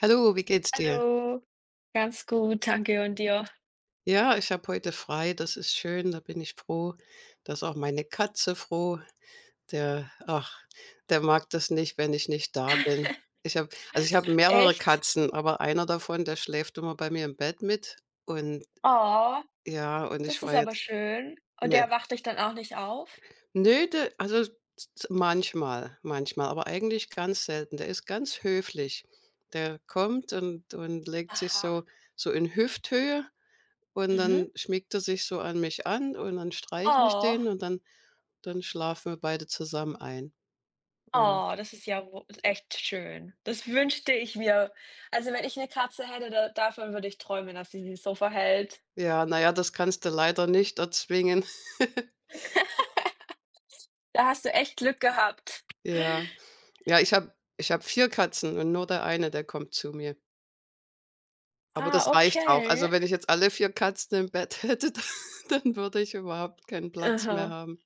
Hallo, wie geht's dir? Hallo. Ganz gut, danke und dir? Ja, ich habe heute frei, das ist schön, da bin ich froh. Da ist auch meine Katze froh. Der, ach, Der mag das nicht, wenn ich nicht da bin. Ich habe, also ich habe mehrere Echt? Katzen, aber einer davon, der schläft immer bei mir im Bett mit. Und Oh, ja, und das ich ist war aber jetzt schön. Und mir. der wacht dich dann auch nicht auf? Nö, der, also manchmal, manchmal, aber eigentlich ganz selten. Der ist ganz höflich. Der kommt und legt sich so, Aha. so in Hüfthöhe. Und Mhm. dann schmiegt er sich so an mich an und dann streichle ich Oh, den und dann schlafen wir beide zusammen ein. Und oh, das ist ja wo echt schön. Das wünschte ich mir. Also, wenn ich eine Katze hätte, da davon würde ich träumen, dass sie sich so verhält. ja, na ja, das kannst du leider nicht erzwingen. Da hast du echt Glück gehabt. Ja. Ja, ich habe 4 Katzen und nur der eine, der kommt zu mir. Aber Ah, das reicht auch. Also, okay. wenn ich jetzt alle 4 Katzen im Bett hätte, dann würde ich überhaupt keinen Platz mehr Aha. haben.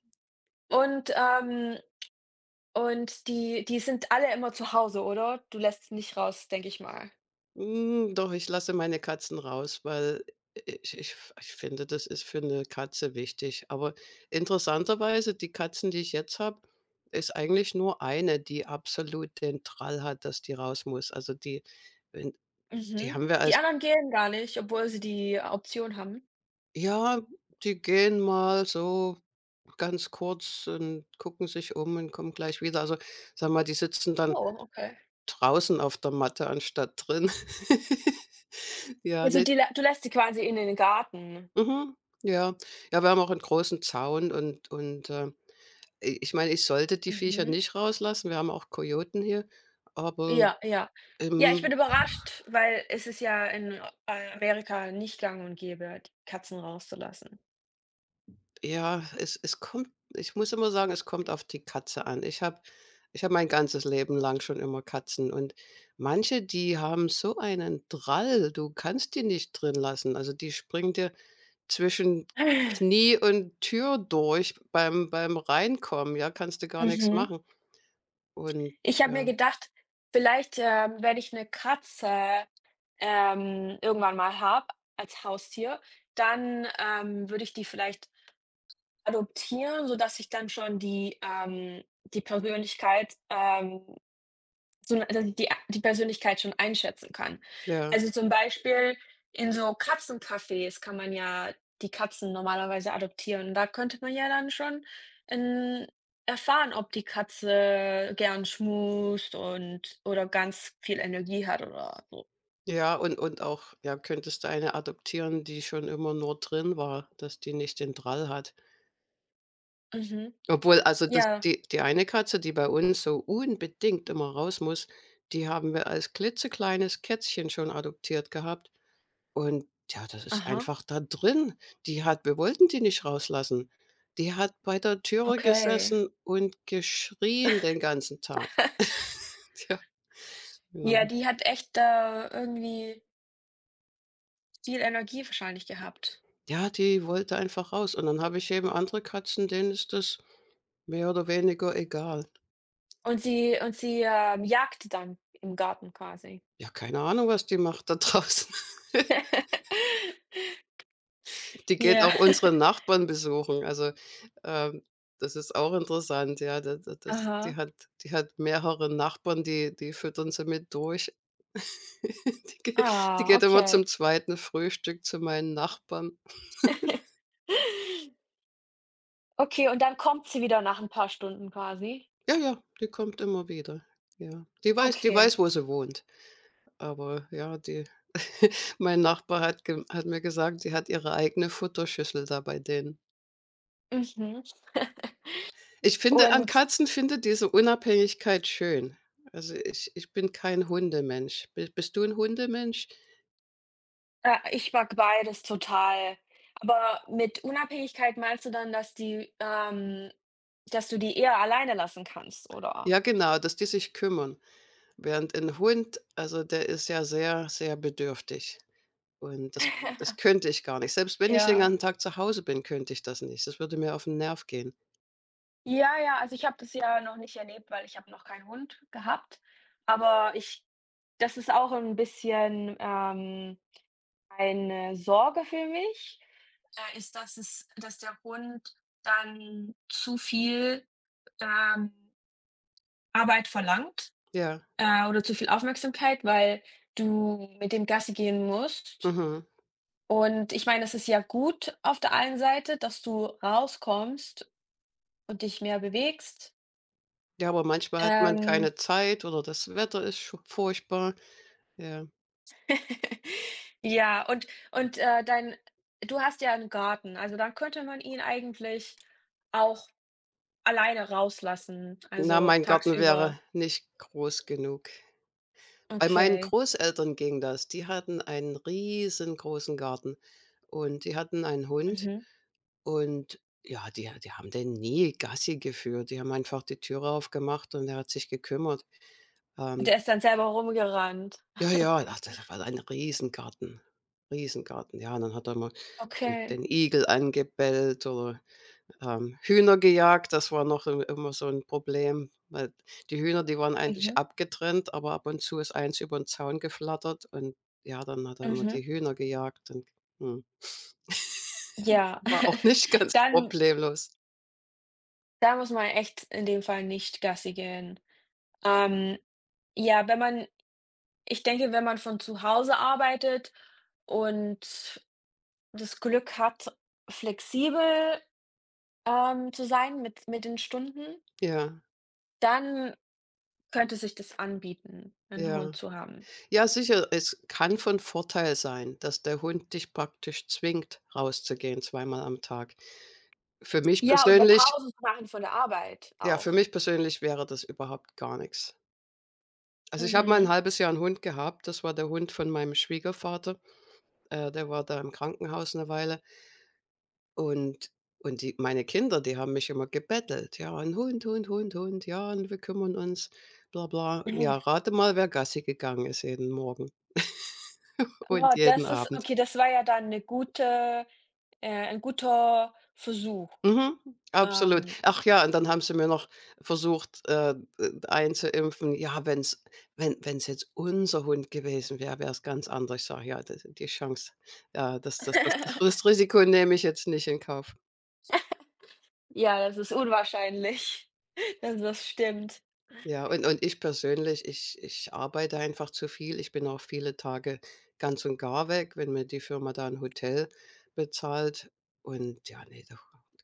Und, ähm und die sind alle immer zu Hause, oder? Du lässt sie nicht raus, denke ich mal. Hm, doch, ich lasse meine Katzen raus, weil ich ich ich finde, das ist für eine Katze wichtig. Aber interessanterweise, die Katzen, die ich jetzt habe, ist eigentlich nur eine, die absolut den Trall hat, dass die raus muss. Also, die wenn die Mhm. haben wir Die als anderen gehen gar nicht, obwohl sie die Option haben? ja, die gehen mal so ganz kurz und gucken sich um und kommen gleich wieder. Also, sag mal, die sitzen dann Oh, okay. draußen auf der Matte anstatt drin. Ja, Also, ne. die lä du lässt sie quasi in den Garten. Mhm. Ja. Ja, wir haben auch einen großen Zaun und i ich meine, ich sollte die Viecher Mhm. nicht rauslassen. Wir haben auch Kojoten hier, aber, Ja, ja. Ja, ich bin ähm, überrascht, weil es ist ja in, Amerika nicht gang und gäbe, die Katzen rauszulassen. ja, es kommt ich muss immer sagen, es kommt auf die Katze an. Ich habe mein ganzes Leben lang schon immer Katzen und manche, die haben so einen Drall, du kannst die nicht drin lassen. Also, die springen dir zwischen Knie und Tür durch beim Reinkommen, ja, kannst du gar nichts Mhm. machen und Ich habe mir ja, gedacht, vielleicht, wenn ich eine Katze, irgendwann mal habe als Haustier, dann, würde ich die vielleicht adoptieren, sodass ich dann schon die, die Persönlichkeit, dass ich die Persönlichkeit schon einschätzen kann. ja. Also, zum Beispiel in so Katzencafés kann man ja die Katzen normalerweise adoptieren. Da könnte man ja dann schon, ähm, erfahren, ob die Katze gern schmust und oder ganz viel Energie hat oder so. Ja, und auch ja, könntest du eine adoptieren, die schon immer nur drin war, dass die nicht den Drall hat. Mhm. Obwohl, also, das Ja. die die eine Katze, die bei uns so unbedingt immer raus muss, die haben wir als klitzekleines Kätzchen schon adoptiert gehabt. Und ja, das ist Aha. einfach da drin. Die hat wir wollten die nicht rauslassen. Die hat bei der Türe Okay. gesessen und geschrien den ganzen Tag. Ja, genau. Ja, die hat echt da irgendwie viel Energie wahrscheinlich gehabt. Ja, die wollte einfach raus. Und dann habe ich eben andere Katzen, denen ist das mehr oder weniger egal. Und sie, jagt dann im Garten quasi. Ja, keine Ahnung, was die macht da draußen. Die geht Ja. auch unsere Nachbarn besuchen. Also, ähm, das ist auch interessant, ja. Da das Aha. Die hat mehrere Nachbarn, die die füttern sie mit durch. Die geht die Ah, geht immer okay. zum zweiten Frühstück zu meinen Nachbarn. Okay, und dann kommt sie wieder nach ein paar Stunden quasi? Ja, ja, die kommt immer wieder. Ja. Die weiß die Okay. weiß, wo sie wohnt. Aber ja, die mein Nachbar hat ge hat mir gesagt, die hat ihre eigene Futterschüssel da bei denen. Mhm. Ich finde an Und, Katzen finde diese Unabhängigkeit schön. Also, ich bin kein Hundemensch. Bi Bist du ein Hundemensch? Ich mag beides total. Aber mit Unabhängigkeit meinst du dann, dass die dass du die eher alleine lassen kannst, oder? Ja, genau, dass die sich kümmern. Während ein Hund also, der ist ja sehr, sehr bedürftig und das könnte ich gar nicht. Selbst wenn ich den ganzen Ja. Tag zu Hause bin, könnte ich das nicht. Das würde mir auf den Nerv gehen. Ja, ja, also ich habe das ja noch nicht erlebt, weil ich habe noch keinen Hund gehabt. Aber ich das ist auch ein bisschen, eine Sorge für mich, ist, dass es dass der Hund dann zu viel, ähm, Arbeit verlangt, Ja, oder zu viel Aufmerksamkeit, weil du mit dem Gassi gehen musst. mhm. Und ich meine, es ist ja gut auf der einen Seite, dass du rauskommst und dich mehr bewegst. Ja, aber manchmal hat man Ähm keine Zeit oder das Wetter ist sch furchtbar. Ja. Ja, und, dein du hast ja einen Garten, also dann könnte man ihn eigentlich auch alleine rauslassen, Na, also mein Garten tagsüber. wäre nicht groß genug. Bei meinen Okay, Großeltern ging das. Die hatten einen riesengroßen Garten und die hatten einen Hund mhm. und ja, die haben den nie Gassi geführt. Die haben einfach die Türe aufgemacht und der hat sich gekümmert. Ähm, Der ist dann selber rumgerannt. ja, ja, ach, das war ein Riesengarten, Riesengarten. Ja, und dann hat er mal Okay, den Igel angebellt oder Hühner gejagt, das war noch im immer so ein Problem, weil die Hühner, die waren eigentlich mhm, abgetrennt, aber ab und zu ist eins über den Zaun geflattert und ja, dann hat er immer mhm. die Hühner gejagt und mhm. Ja, War auch nicht ganz dann problemlos. da muss man echt in dem Fall nicht Gassi gehen. Ähm, ja, wenn man ich denke, wenn man von zu Hause arbeitet und das Glück hat, flexibel zu sein mit den Stunden, Ja, dann könnte sich das anbieten, einen ja. Hund zu haben. Ja, sicher, es kann von Vorteil sein, dass der Hund dich praktisch zwingt, rauszugehen zweimal am Tag. Für mich Ja, und 'ne persönlich Pause zu machen von der Arbeit ja, für auch. mich persönlich wäre das überhaupt gar nichts. Also, ich habe mal ein Mhm. halbes Jahr einen Hund gehabt. Das war der Hund von meinem Schwiegervater. Der war da im Krankenhaus eine Weile und und die meine Kinder, die haben mich immer gebettelt: „Ja, ein Hund, Hund, Hund, Hund, ja, und wir kümmern uns, bla bla.“ Ja, rate mal, wer Gassi gegangen ist jeden Morgen Oh, und jeden das ist Abend. okay, das war ja dann 'ne gute ein guter Versuch. Mhm, absolut. Ähm Ach ja, und dann haben sie mir noch versucht, einzuimpfen: „Ja, wenn's wenn wenn's jetzt unser Hund gewesen wäre, wäre es ganz anders.“ Ich sage: „Ja, das die Chance, ja, das Risiko nehme ich jetzt nicht in Kauf.“ Ja, das ist unwahrscheinlich, dass das stimmt. Ja, und ich persönlich, ich arbeite einfach zu viel. Ich bin auch viele Tage ganz und gar weg, wenn mir die Firma da ein Hotel bezahlt. Und ja, nee, doch,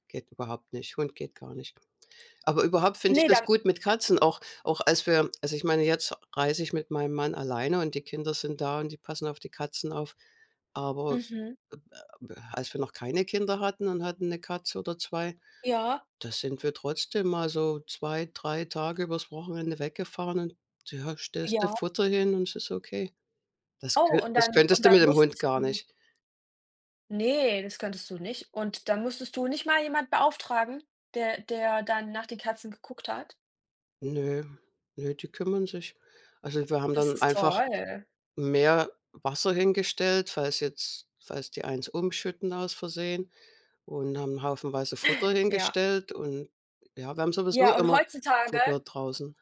geht überhaupt nicht. Hund geht gar nicht. Aber überhaupt finde ich Ne, das dann gut mit Katzen, auch auch als wir also, ich meine, jetzt reise ich mit meinem Mann alleine und die Kinder sind da und die passen auf die Katzen auf. Aber, Mhm. äh, als wir noch keine Kinder hatten und hatten eine Katze oder zwei, Ja, da sind wir trotzdem mal so 2 3 Tage übers Wochenende weggefahren und ja, stellst du ja. Futter hin und es ist okay. Oh, und Das dann könntest und du dann mit dem Hund musstest gar du nicht. ne, das könntest du nicht. Und da musstest du nicht mal jemand beauftragen, der dann nach den Katzen geguckt hat? Nö, nö, die kümmern sich. Also, wir haben Das dann ist einfach toll. mehr Wasser hingestellt, falls jetzt falls die eins umschütten aus Versehen und haben haufenweise Futter Ja. hingestellt und ja, wir haben sowieso Ja, und immer heutzutage Futter draußen.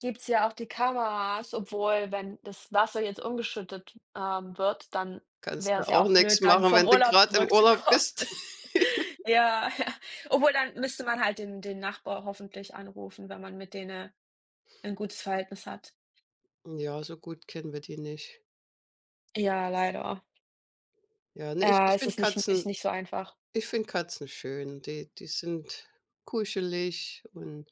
gibt's ja auch die Kameras, obwohl, wenn das Wasser jetzt umgeschüttet, wird, dann Kannst wäre du es ja auch auch nichts blöd, dann machen, vom wenn du Urlaub gerade im Urlaub zurückzukommen. bist. Ja, ja. Obwohl, dann müsste man halt den Nachbar hoffentlich anrufen, wenn man mit denen ein gutes Verhältnis hat. Ja, so gut kennen wir die nicht. Ja, leider. Ja, ne, ich Ja, ich es finde ist nicht ist Katzen nicht so einfach. ich finde Katzen schön. Die sind kuschelig und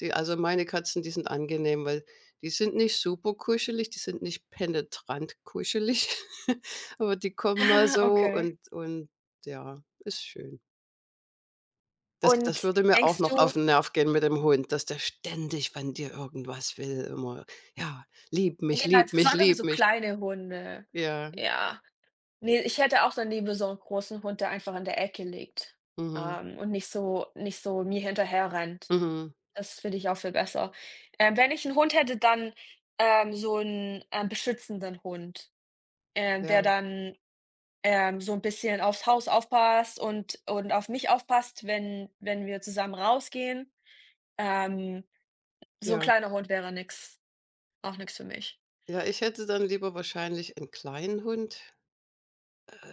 die also, meine Katzen, die sind angenehm, weil die sind nicht super kuschelig, die sind nicht penetrant kuschelig, aber die kommen mal so Okay. Und ja, ist schön. Das Und würde mir auch denkst noch auf du den Nerv gehen mit dem Hund, dass der ständig wenn dir irgendwas will, immer: „Ja, lieb mich, ja, lieb mich, besonders lieb so mich.“ kleine Hunde. Ja, Ja. Ne, ich hätte auch dann lieber so 'n großen Hund, der einfach in der Ecke liegt, mhm, und nicht so nicht so mir hinterher rennt. mhm, Das finde ich auch viel besser. Wenn ich 'n Hund hätte, dann, so 'n, beschützenden Hund, ja, der dann, so 'n bisschen aufs Haus aufpasst und auf mich aufpasst, wenn wenn wir zusammen rausgehen. Ähm, so 'n ja. kleiner Hund wäre nix auch nix für mich. Ja, ich hätte dann lieber wahrscheinlich einen kleinen Hund.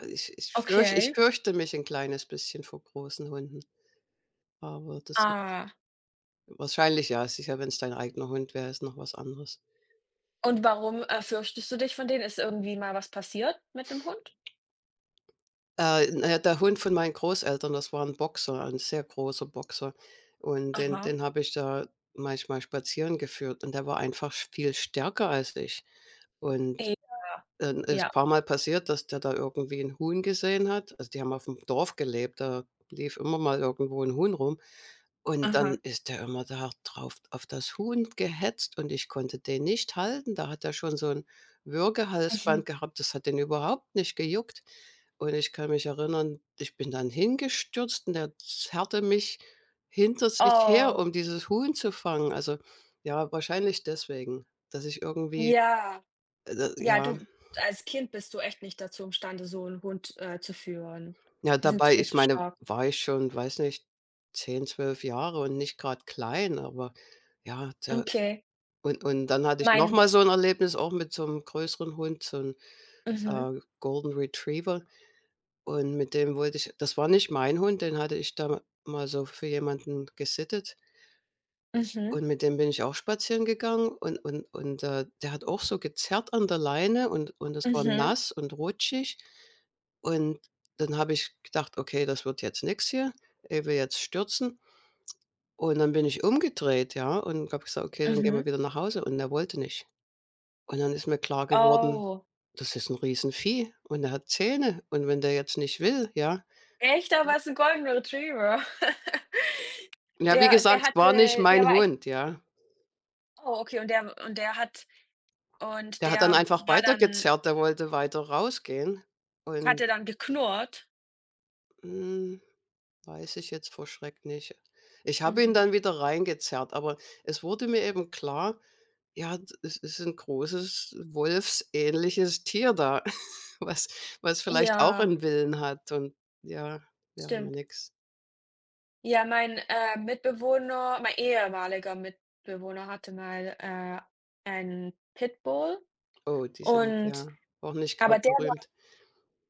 Ich Okay. fürchte mich ein kleines bisschen vor großen Hunden, aber das Ah. wahrscheinlich ja, sicher, wenn es dein eigener Hund wäre, ist noch was anderes. Und warum, fürchtest du dich von denen? Ist irgendwie mal was passiert mit dem Hund? Na ja, der Hund von meinen Großeltern, das war ein Boxer, ein sehr großer Boxer und den Aha. den habe ich da manchmal spazieren geführt und der war einfach sch viel stärker als ich und J dann ja. ist paar Mal passiert, dass der da irgendwie 'n Huhn gesehen hat. Also, die haben aufm Dorf gelebt, da lief immer mal irgendwo 'n Huhn rum. Und dann Aha. ist der immer da drauf auf das Huhn gehetzt und ich konnte den nicht halten. Da hat er schon so 'n Mhm. Würgehalsband gehabt, das hat den überhaupt nicht gejuckt. Und ich kann mich erinnern, ich bin dann hingestürzt und der zerrte mich hinter sich her, Oh, um dieses Huhn zu fangen. Also, ja, wahrscheinlich deswegen, dass ich irgendwie, ja. Ja, ja. du, als Kind bist du echt nicht dazu imstande, so 'n Hund, zu führen. Ja, Die sind dabei, viel ich zu meine, stark. war ich schon, weiß nicht, 10, 12 Jahre und nicht gerade klein, aber ja, da Okay. Und dann hatte ich noch Mein mal so ein Erlebnis auch mit so einem größeren Hund, so mhm, einem, Golden Retriever und mit dem wollte ich das war nicht mein Hund, den hatte ich da mal so für jemanden gesittet mhm, und mit dem bin ich auch spazieren gegangen und der hat auch so gezerrt an der Leine und es war mhm, nass und rutschig. Und dann habe ich gedacht: „Okay, das wird jetzt nichts hier. Er will jetzt stürzen.“ Und dann bin ich umgedreht, ja, und habe gesagt: „Okay, dann gehen wir mhm. wieder nach Hause.“ Und er wollte nicht. Und dann ist mir klar geworden, Oh. das ist ein Riesenvieh und er hat Zähne und wenn der jetzt nicht will, ja Echt? Aber ist 'n Golden Retriever. ja, wie Der gesagt, der es war nicht hatte der mein war echt Hund, ja. oh, okay, und der hat und Der hat dann der einfach war dann weitergezerrt, der wollte weiter rausgehen hat und der dann geknurrt? hm, weiß ich jetzt vor Schreck nicht. Ich habe ihn Mhm. dann wieder reingezerrt, aber es wurde mir eben klar, ja, d es ist ein großes wolfsähnliches Tier da, was was vielleicht auch Ja, 'n Willen hat und ja, wäre mir stimmt. nix. Ja, mein, Mitbewohner mein ehemaliger Mitbewohner hatte mal, einen Pitbull Oh, die sind und ja auch nicht aber gerade der berühmt.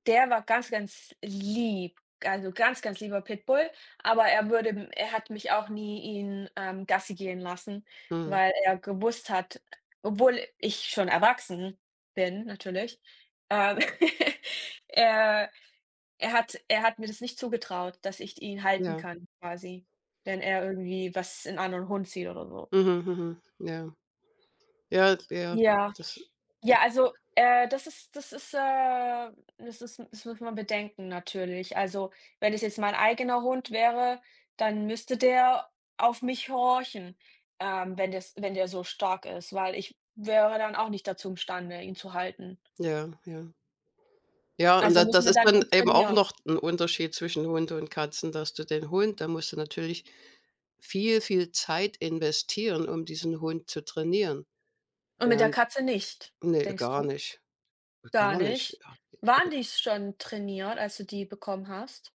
der war ganz, ganz lieb, also, ganz, ganz lieber Pitbull, aber er würde m er hat mich auch nie ihn, Gassi gehen lassen, Mhm, weil er gewusst hat obwohl ich schon erwachsen bin natürlich, ähm, er Er hat mir das nicht zugetraut, dass ich ihn halten ja. kann quasi, wenn er irgendwie was in anderen Hund sieht oder so. Mhm, mhm, ja. Ja, ja, Ja, das, äh ja, also, das ist das muss man bedenken natürlich. Also, wenn es jetzt mein eigener Hund wäre, dann müsste der auf mich horchen, wenn das wenn der so stark ist, weil ich wäre dann auch nicht dazu imstande, ihn zu halten. ja, ja. Ja, und Also, da muss das man ist dann dann gut eben auch trainieren noch ein Unterschied zwischen Hunde und Katzen, dass du den Hund da musst du natürlich viel, viel Zeit investieren, um diesen Hund zu trainieren. und mit der Während Katze nicht, ne, denkst gar du? nicht. Gar Gar nicht. nicht. Ja, Waren die schon trainiert, als du die bekommen hast?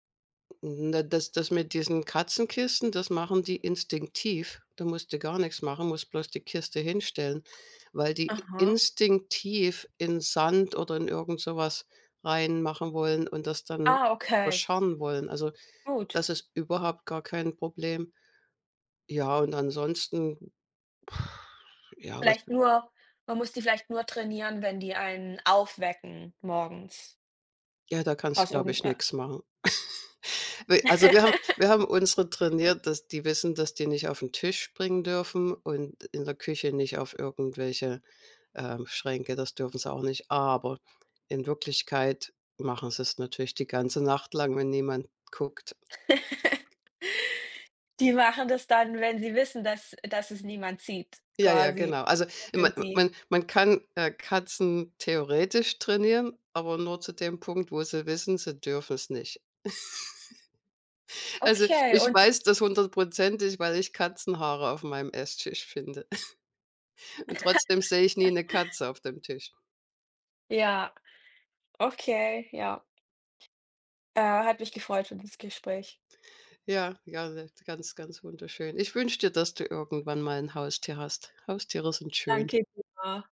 na, das mit diesen Katzenkisten, das machen die instinktiv. Da musst du gar nichts machen, musst bloß die Kiste hinstellen, weil die Aha. instinktiv in Sand oder in irgend so was reinmachen wollen und das dann Ah, okay, verscharren wollen. Also gut. das ist überhaupt gar kein Problem. Ja, und ansonsten, ja, was Vielleicht nur man muss die vielleicht nur trainieren, wenn die einen aufwecken morgens ja, da kannst du, aus glaube irgend ich, nichts machen. We Also, wir haben unsere trainiert, dass die wissen, dass die nicht auf den Tisch springen dürfen und in der Küche nicht auf irgendwelche, Schränke, das dürfen sie auch nicht. Aber in Wirklichkeit machen sie es natürlich die ganze Nacht lang, wenn niemand guckt. Die machen das dann, wenn sie wissen, dass es niemand sieht Ja, ja, quasi, genau. Also, man sind die man man kann, Katzen theoretisch trainieren, aber nur zu dem Punkt, wo sie wissen, sie dürfen es nicht. Also, okay, ich und weiß das hundertprozentig, weil ich Katzenhaare auf meinem Esstisch finde. Und trotzdem sehe ich nie eine Katze auf dem Tisch. ja, okay, ja. Hat mich gefreut für das Gespräch. Ja, ja, ne, ganz, ganz wunderschön. Ich wünsche dir, dass du irgendwann mal ein Haustier hast. Haustiere sind schön. Danke dir.